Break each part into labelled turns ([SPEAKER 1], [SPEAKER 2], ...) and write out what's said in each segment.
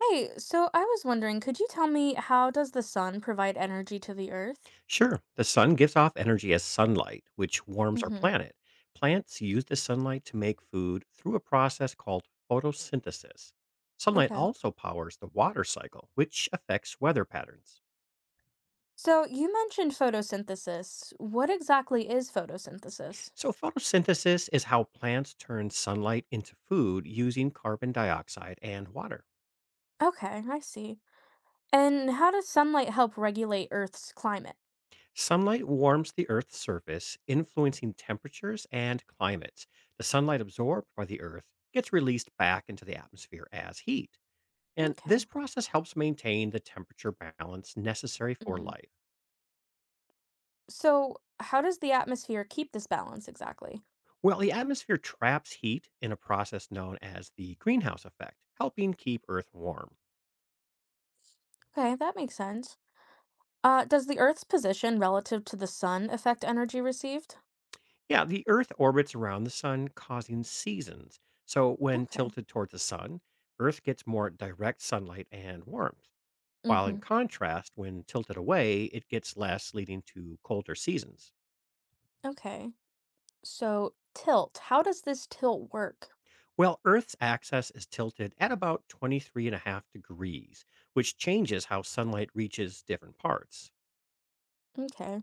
[SPEAKER 1] Hey, so I was wondering, could you tell me how does the sun provide energy to the earth?
[SPEAKER 2] Sure, the sun gives off energy as sunlight, which warms our
[SPEAKER 1] Mm-hmm.
[SPEAKER 2] planet. Plants use the sunlight to make food through a process called photosynthesis. Sunlight
[SPEAKER 1] Okay.
[SPEAKER 2] also powers the water cycle, which affects weather patterns.
[SPEAKER 1] So you mentioned photosynthesis. What exactly is photosynthesis?
[SPEAKER 2] So, photosynthesis is how plants turn sunlight into food using carbon dioxide and water.
[SPEAKER 1] Okay, I see. And how does sunlight help regulate Earth's climate?
[SPEAKER 2] Sunlight warms the Earth's surface, influencing temperatures and climates. The sunlight absorbed by the Earth gets released back into the atmosphere as heat. And
[SPEAKER 1] Okay.
[SPEAKER 2] this process helps maintain the temperature balance necessary for
[SPEAKER 1] Mm.
[SPEAKER 2] life.
[SPEAKER 1] So how does the atmosphere keep this balance exactly?
[SPEAKER 2] Well, the atmosphere traps heat in a process known as the greenhouse effect, helping keep Earth warm.
[SPEAKER 1] Okay, that makes sense. Does the Earth's position relative to the sun affect energy received?
[SPEAKER 2] Yeah, the Earth orbits around the sun, causing seasons. So, when
[SPEAKER 1] Okay.
[SPEAKER 2] tilted toward the sun, Earth gets more direct sunlight and warmth, while in
[SPEAKER 1] Mm-hmm.
[SPEAKER 2] contrast, when tilted away, it gets less, leading to colder seasons.
[SPEAKER 1] Okay. So tilt, how does this tilt work?
[SPEAKER 2] Well, Earth's axis is tilted at about 23.5 degrees, which changes how sunlight reaches different parts.
[SPEAKER 1] Okay.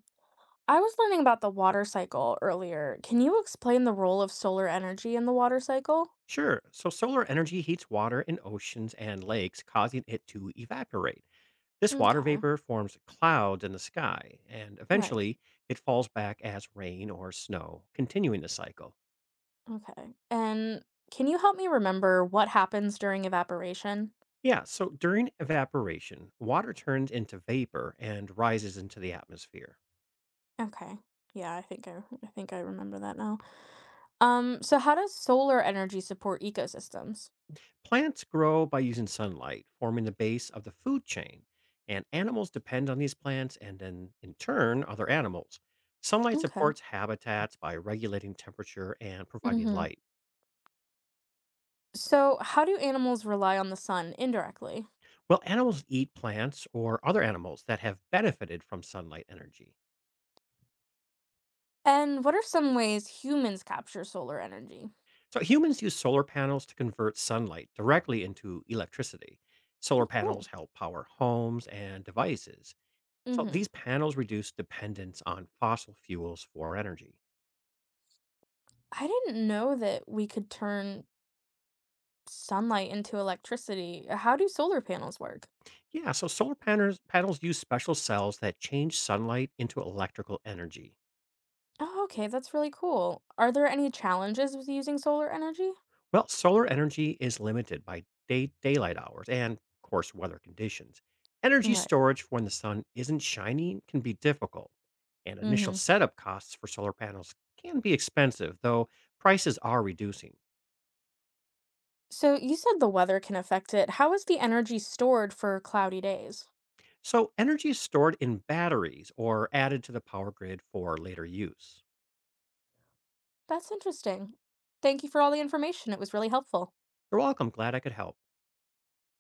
[SPEAKER 1] I was learning about the water cycle earlier. Can you explain the role of solar energy in the water cycle?
[SPEAKER 2] Sure, so solar energy heats water in oceans and lakes, causing it to evaporate. This water
[SPEAKER 1] Okay.
[SPEAKER 2] vapor forms clouds in the sky, and
[SPEAKER 1] Right.
[SPEAKER 2] eventually it falls back as rain or snow, continuing the cycle.
[SPEAKER 1] Okay. And can you help me remember what happens during evaporation?
[SPEAKER 2] Yeah, so during evaporation, water turns into vapor and rises into the atmosphere.
[SPEAKER 1] Okay. Yeah, I think I remember that now. So how does solar energy support ecosystems?
[SPEAKER 2] Plants grow by using sunlight, forming the base of the food chain, and animals depend on these plants and then, in turn, other animals. Sunlight
[SPEAKER 1] Okay.
[SPEAKER 2] supports habitats by regulating temperature and providing
[SPEAKER 1] Mm-hmm.
[SPEAKER 2] light.
[SPEAKER 1] So how do animals rely on the sun indirectly?
[SPEAKER 2] Well, animals eat plants or other animals that have benefited from sunlight energy.
[SPEAKER 1] And what are some ways humans capture solar energy?
[SPEAKER 2] So, humans use solar panels to convert sunlight directly into electricity.
[SPEAKER 1] Oh,
[SPEAKER 2] Solar
[SPEAKER 1] cool.
[SPEAKER 2] panels help power homes and devices. So,
[SPEAKER 1] Mm-hmm.
[SPEAKER 2] these panels reduce dependence on fossil fuels for energy.
[SPEAKER 1] I didn't know that we could turn sunlight into electricity. How do solar panels work?
[SPEAKER 2] Yeah, so solar panels panels use special cells that change sunlight into electrical energy.
[SPEAKER 1] Oh, okay, that's really cool. Are there any challenges with using solar energy?
[SPEAKER 2] Well, solar energy is limited by daylight hours and, of course, weather conditions. Energy
[SPEAKER 1] Right.
[SPEAKER 2] storage when the sun isn't shining can be difficult, and initial
[SPEAKER 1] Mm-hmm.
[SPEAKER 2] setup costs for solar panels can be expensive, though prices are reducing.
[SPEAKER 1] So you said the weather can affect it. How is the energy stored for cloudy days?
[SPEAKER 2] So, energy is stored in batteries or added to the power grid for later use.
[SPEAKER 1] That's interesting. Thank you for all the information. It was really helpful.
[SPEAKER 2] You're welcome. Glad I could help.